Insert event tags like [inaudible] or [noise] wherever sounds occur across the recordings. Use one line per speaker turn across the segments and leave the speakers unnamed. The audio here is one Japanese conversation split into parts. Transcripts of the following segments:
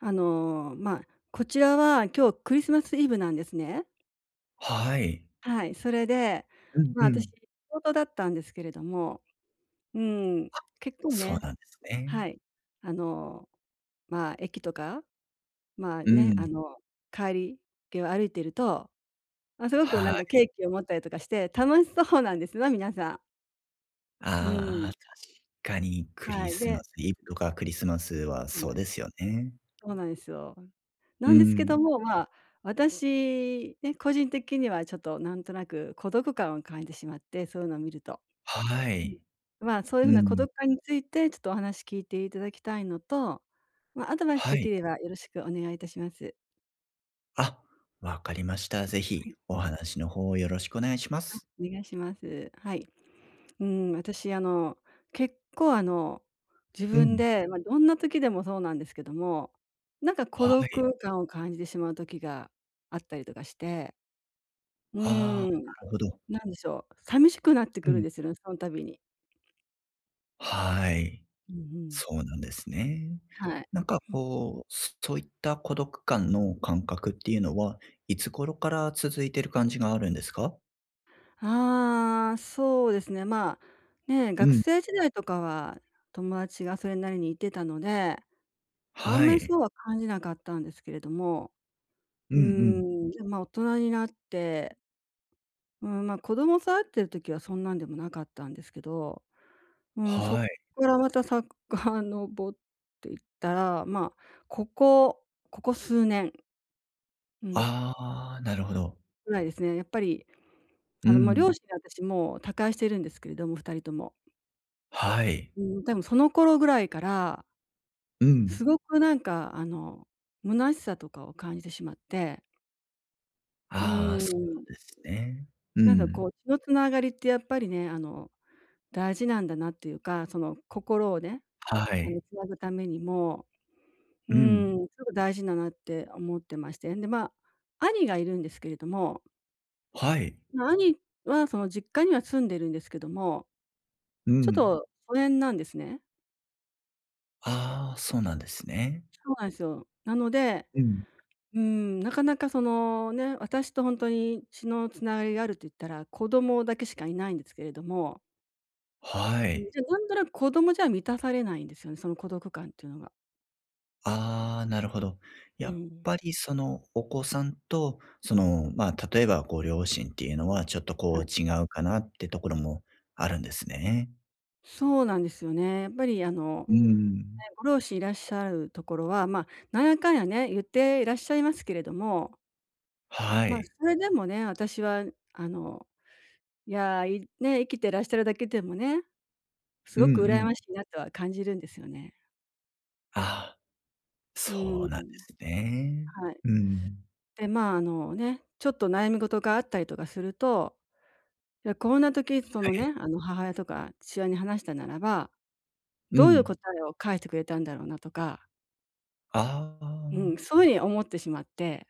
こちらは今日クリスマスイブなんですね。
はい。
はい、それで、
うん
まあ、
う
私仕
ん。
事だったんですけれども、うーん、結構
そう
ね、
なんですね。
はい、あの、駅とか、ま、あ
う
ね、あ
ん。
の、帰り際を歩いてると、まあ、すごくなん
は
か
い。
ケーキを持ったりとかして楽しそうなんですよ皆さん。うー
あ
ん、
あ、確かにク
は
リ
い、
スマ
で、
スイブとかクリスマスは
そうな
そう
ん
で
です。
すよね。
そうなんですよ。
う
なんですけ
ん。
ども、まあ、私ね、個人的にはちょっとなんとなく孤独感を感じてしまって、そういうのを見ると。
は
うん。
い。
まあ、そういう
う
ふうな孤
ん。
独感について、ちょっとお話聞いていただきたいのと、まあ、アドバイス
は
でき
い。
ればよろしくお願いいたします。
あ、わかりました。ぜ
は
ひ
い。
お話の方よろしくお願いします。
お願いします。はい。うん、私結構自
う
分
ん。
で、まあ、どんな時でもそうなんですけども、なんか孤
はい。
独感を感じてしまう時があったりとかして、うー
あ
ん。
あ、なるほど。
なんでしょう、寂しくなってく
う
るん
ん。
ですよね、その度に。
はい。
うんうん。
そうなんですね。
はい。
なんかこう、そういった孤独感の感覚っていうのは、いつ頃から続いてる感じがあるんですか？
ああ、そうですね、まあ、ね、
う
学
ん。
生時代とかは友達がそれなりにいてたので、あん
は
まり
い。
そうは感じなかったんですけれども、
うん
うー
うん。
ん、で、ま、大人になって、うん、ま、子供育ってる時はそんなんでもなかったんですけど、うん、そっ
はい。
からまたさかのぼっていったら、まあ、ここ数年、うん、
ああ、なるほど。
ぐらいですね、やっぱり
う
まあ、両
ん。
親私もう他界してるんですけれども、二人とも。
はい。
うん、多分その頃ぐらいから、
うん。
すごくなんか虚しさとかを感じてしまって、うー
ああ、そ
ん、
うですね。う
なんだこ
ん。
う、血のつながりってやっぱりね、大事なんだなっていうか、その心をね、
はい。
つなぐためにも、う
う
ー
ん。
ん、すごく大事だなって思ってまして、で、まあ、兄がいるんですけれども、
はい。
まあ、兄はその実家には住んでるんですけども、
う
ちょっ
ん。
と疎遠なんですね。
ああ、そうなんですね。
そうなんですよ。なので、
うん。
うん、なかなかそのね、私と本当に血のつながりがあると言ったら、子供だけしかいないんですけれども、
は
うん、
い。
じゃ、なんとなく子供じゃ満たされないんですよね、その孤独感っていうのが。
ああ、なるほど。
う
やっ
ん。
ぱりそのお子さんと、その、まあ、例えばご両親っていうのはちょっと
は
こ
い。
う違うかなってところもあるんですね。
そうなんですよね。やっぱり
うん。
ね、ご両親いらっしゃるところは、まあ、なんやかんやね、言っていらっしゃいますけれども、
は
まあ、
い。
それでもね、私はあの、いや、いね、生きてらっしゃるだけでもね、す
うん
ご
う
く羨
ん。
ましいなとは感じるんですよね。
ああ、
うん。
そうなんですね。
はい。
うん。
で、まあ、あのね、ちょっと悩み事があったりとかすると、いや、こんな時、そ
は
の
い。
ね、母親とか父親に話したならば、
う
どういう
ん。
答えを返してくれたんだろうなとか、
あ
う
あ、
ん、そういうふうに思ってしまって、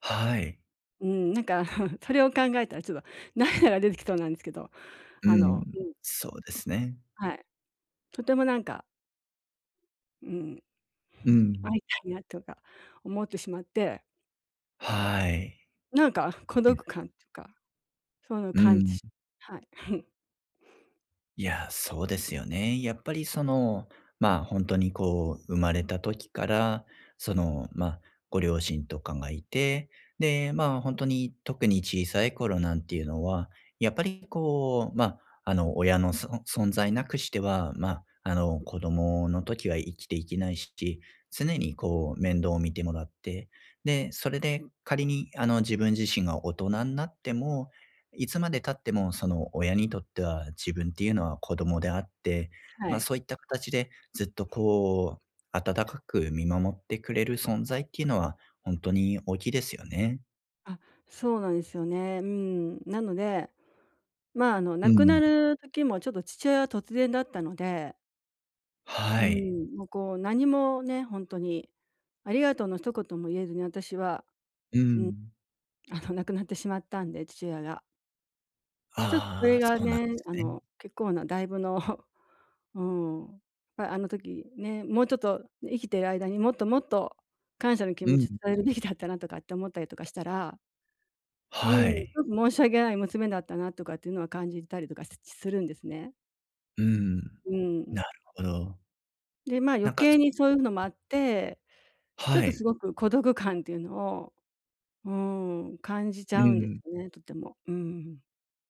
はい。
うん、なんか [laughs] それを考えたらちょっと涙が出てきそうなんですけど、
う
あ
ん。
の
そうですね。
はい、とてもなんか、うん、
う
会
ん。
いたいなとか思ってしまって、
はい。
なんか孤
いや、
独感とか、そういうのを
う
感
ん。
じはい。[laughs]
いや、そうですよね。やっぱりその、まあ、本当にこう生まれた時から、その、ご両親とかがいて、で、まあ、本当に特に小さい頃なんていうのは、やっぱりこう、親の存在なくしては、子供の時は生きていけないし、常にこう面倒を見てもらって、で、それで仮にあの、自分自身が大人になっても、いつまで経ってもその親にとっては自分っていうのは子供であって、
はい。
そういった形でずっとこう、温かく見守ってくれる存在っていうのは本当に大きいですよね。
あ、そうなんですよね。うん。なので、まあ、
う
亡くな
ん。
る時もちょっと父親は突然だったので、
は
う
い。
ん、もうこう何もね、本当にありがとうの一言も言えずに私は、
うん。
亡くなってしまったんで、父親が。で、ちょっとそれ
ああ、
が
そうなんで
ね、
すね。
結構なだいぶの、[laughs] うん、やっぱりあの時ね、もうちょっと生きてる間にもっともっと感謝の気
う
持
ん。
ち伝えるべきだったなとかって思ったりとかしたら、う
は
ん、す
い。
ごく申し訳ない娘だったなとかっていうのは感じたりとかすするんですね。
うん。
うん。
なるほど。
で、まあ、余
なんか
計
そう、
にそういうのもあって、ちょっ
は
とす
い。
ごく孤独感っていうのを、うん、感じち
う
ゃうんで
ん。
すよね、とても。うん。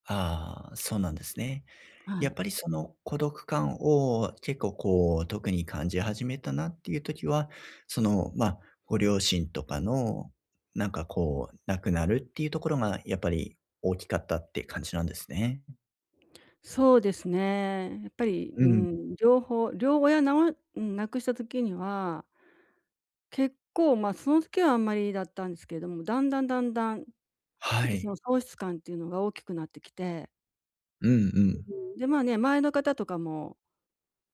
ああ、そうなんですね。
は
やっ
い。
ぱりその孤独感を結構こう、特に感じ始めたなっていう時は、その、ご両親とかの、なんかこう、亡くなるっていうところがやっぱり大きかったって感じなんですね。
そうですね。やっぱり、
う
う
ん。
ん、両方両親な、おうん、亡くした時には結構、ま、その時はあんまりだったんですけれども、だんだんだんだん、ち
は
ょっとそ
い。
の喪失感っていうのが大きくなってきて、
うんうん。
で、まあね、前の方とかも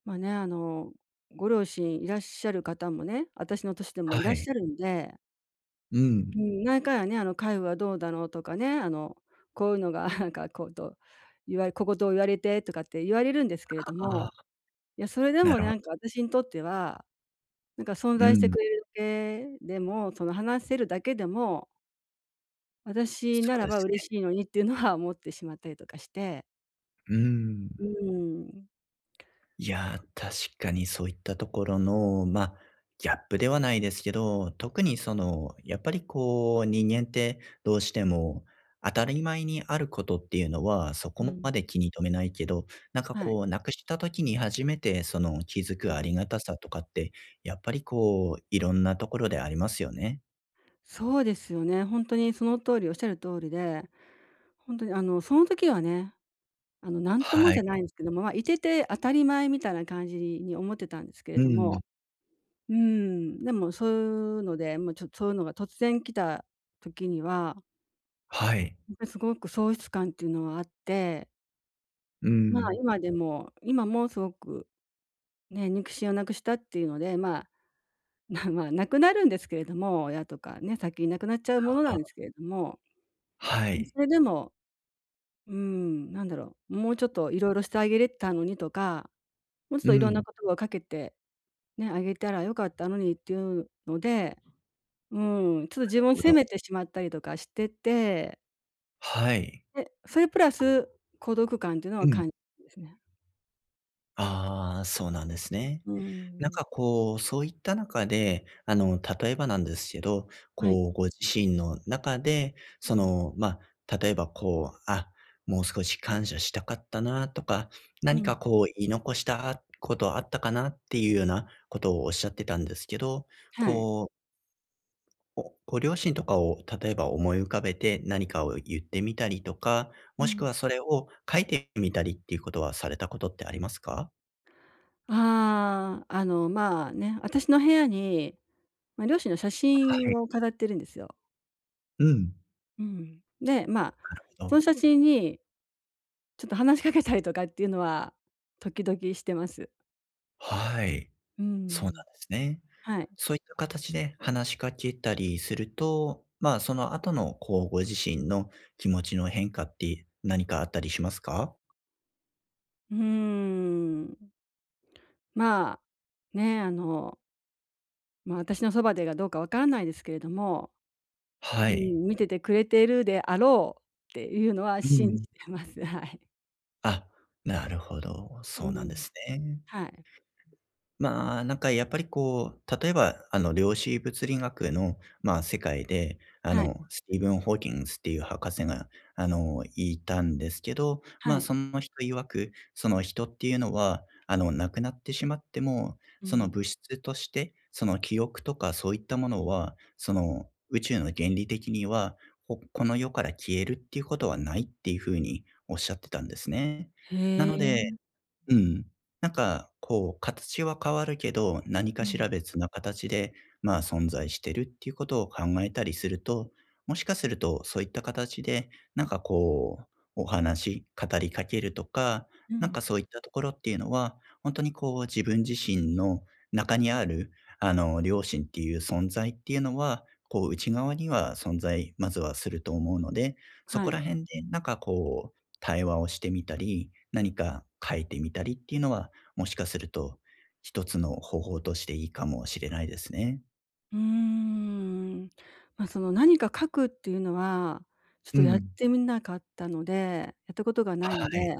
まあね、ご両親いらっしゃる方もね、私の年でも
は
いらっ
い。
しゃるんで、
うん。
うん、何回はね、あの「家父はどうだの？」とかね、こういうのが [laughs] なんかこうと言われ「こ言を言われて」とかって言われるんですけれど
ああ、
も、いや、それで
な
も
る
ね
ほ
なん
ど。
か私にとっては、なんか存
う
在して
ん。
くれるだけでも、その話せるだけでも、私
そ
な
う
ら
で
ば
す
嬉し
ね。
いのにっていうのは思ってしまったりとかして。
うん。
うーん。
いやー、確かにそういったところの、ギャップではないですけど、特にその、やっぱりこう、人間ってどうしても当たり前にあることっていうのは、そ
う
こま
ん。
で気に留めないけど、なんか
はい。
こう、なくした時に初めてその気づ
う
くあり
ん。
がたさとかって、やっぱりこう、いろんなところでありますよね。
そうですよね。本当にその通り、おっしゃる通りで、本当にその時はね、なんとも
は
じゃない
い。
んですけども、まあ、いてて当たり前みたいな感じに思ってたんですけれ
う
ど
ん。
も、うーん、でもそういうので、もうちょっとそういうのが突然来た時には、
はい。
やっぱりすごく喪失感っていうのはあって、
う
まあ、
ん。
今でも今もすごくね、肉親をなくしたっていうので、まあ、[laughs] なまあな、亡くなるんですけれども、親とかね、先に亡くなっちゃうものなんです
あ、
けれども、
はい。
それでもうん、なんだろう、もうちょっといろいろしてあげれたのにとか、もうちょっ
う
といろん
ん。
な
な
言葉をかけて、ね、あげたら良かったのにっていうので、うん、ちょっと自
る
分を
ほ
責め
ど。
てしまったりとかしてて、
はい。
で、それプラス孤独感っていうの
う
は
ん。
感じですね。
ああ、そうなんですね。
う
なん。
ん。
かこう、そういった中で、あの、例えばなんですけど、
はい。
こう、ご自身の中で、その、まあ、例えばこう、あ、もう少し感謝したかったなとか、
う
何か
ん。
こう言い残したことあったかなっていうようなことをおっしゃってたんですけど、
はい。
こう、おご両親とかを例えば思い浮かべて何かを言ってみたりとか、
う
もし
ん。
くはそれを書いてみたりっていうことはされたことってありますか？
ああ、まあ、ね、私の部屋に、まあ、両親の写
はい。
真を飾ってるんですよ。
うん。
うん。で、まあ、
なるほ
その
ど。
写真にちょっと話しかけたりとかっていうのは、時々してます。
はい。
う
そうなん
ん。
ですね。
はい。
そういった形で話しかけたりすると、まあ、その後の、こう、ご自身の気持ちの変化って何かあったりしますか？
うーん。まあ、ね、まあ、私のそばでがどうかわからないですけれども、
は
う
い。
ん、見ててくれているであろうっていうのは
う
信じ
ん。
てます。[laughs] はい。
あ、なるほど。
う
そうなんで
ん。
すね。
はい。
まあ、なんかやっぱりこう、例えば、あの、量子物理学の、まあ、世界で、あ
はい。
の、スティーブン・ホーキングスっていう博士が、あの、いたんですけど、ま
は
あ、
い。
その人曰く、その人っていうのは、あの、亡くなってしまっても、
う
その
ん。
物質として、その記憶とかそういったものは、その宇宙の原理的には、ここの世から消えるっていうことはないっていうふうにおっしゃってたんですね。
へ
なので、
え。
うん。なんか、こう、形は変わるけど、何
う
かし
ん。
ら別な形で、まあ、存在してるっていうことを考えたりすると、もしかするとそういった形で、なんかこう、お話、語りかけるとか、
う
なん
ん。
かそういったところっていうのは、本当にこう、自分自身の中にある、あの、良心っていう存在っていうのは、こう、内側には存在、まずはすると思うので、そ
は
こ
い。
ら辺でなんかこう対話をしてみたり、何か書いてみたりっていうのは、もしかすると一つの方法としていいかもしれないですね。
うーん。まあ、その何か書くっていうのは、ちょっ
う
とやっ
ん。
てみなかったのでやったことがないの
はい。
で、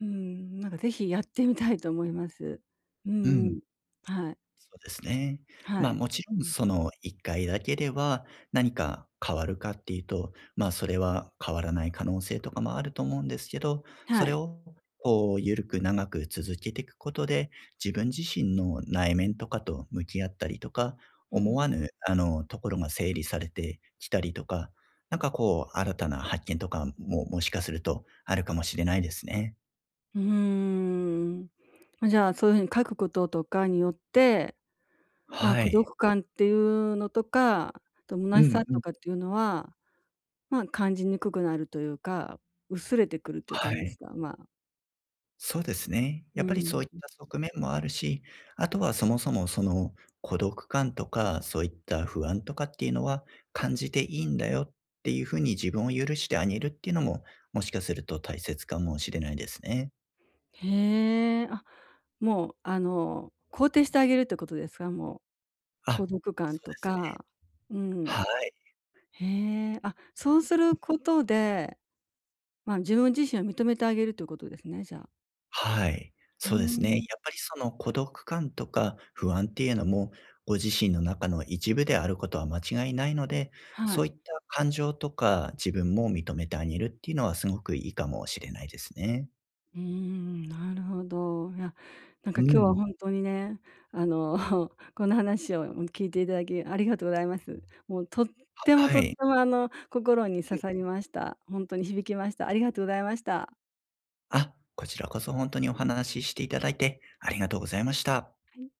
うん、なんかぜひやってみたいと思います。う
う
んう
ん。
ん。はい。
そうですね。
は
まあ、
い。
もちろ
う
ん
ん。
その1回だけでは何か変わるかっていうと、まあ、それは変わらない可能性とかもあると思うんですけど、そ
は
れ
い。
をこう緩く長く続けていくことで、自分自身の内面とかと向き合ったりとか、
う
思
ん。
わぬあのところが整理されてきたりとか、なんかこう新たな発見とかももしかするとあるかもしれないですね。
うーん。ま、じゃあ、そういう風に書くこととかによって、まあ、
は
孤
い。
独感っていうのとか、あと
う
虚し
ん
さ
う
と
ん。
かっていうのは、まあ、感じにくくなるというか、薄れてくるっていう
は
感じです
い。
か？まあ、
そうですね。
う
やっぱりそ
ん。
ういった側面もあるし、あとはそもそもその孤独感とか、そういった不安とかっていうのは感じていいんだよっていうふうに自分を許してあげるっていうのも、もしかすると大切かもしれないですね。
へえ、あ、もう、肯定してあげるってことですか？もう。孤
あ、
独感
そう
と
ですね。
か、う
は
ん。
い。
へえ、あ、そうすることで、まあ、自分自身を認めてあげるということですね、じゃあ。
はい。
うー
そうですね。や
ん、
っぱりその孤独感とか不安っていうのも、ご自身の中の一部であることは間違いないので、
は
そ
い。
ういった感情とか自分も認めてあげるっていうのはすごくいいかもしれないですね。
うーん、なるほど。いや、なんか
う
今日は
ん。
本当にね、あの、[laughs] この話を聞いていただきありがとうございます。もうとっても
は
とって
い。
も、心に刺さりました。本当に響きました。ありがとうございました。
あ、こちらこそ本当にお話ししていただいてありがとうございました。
はい。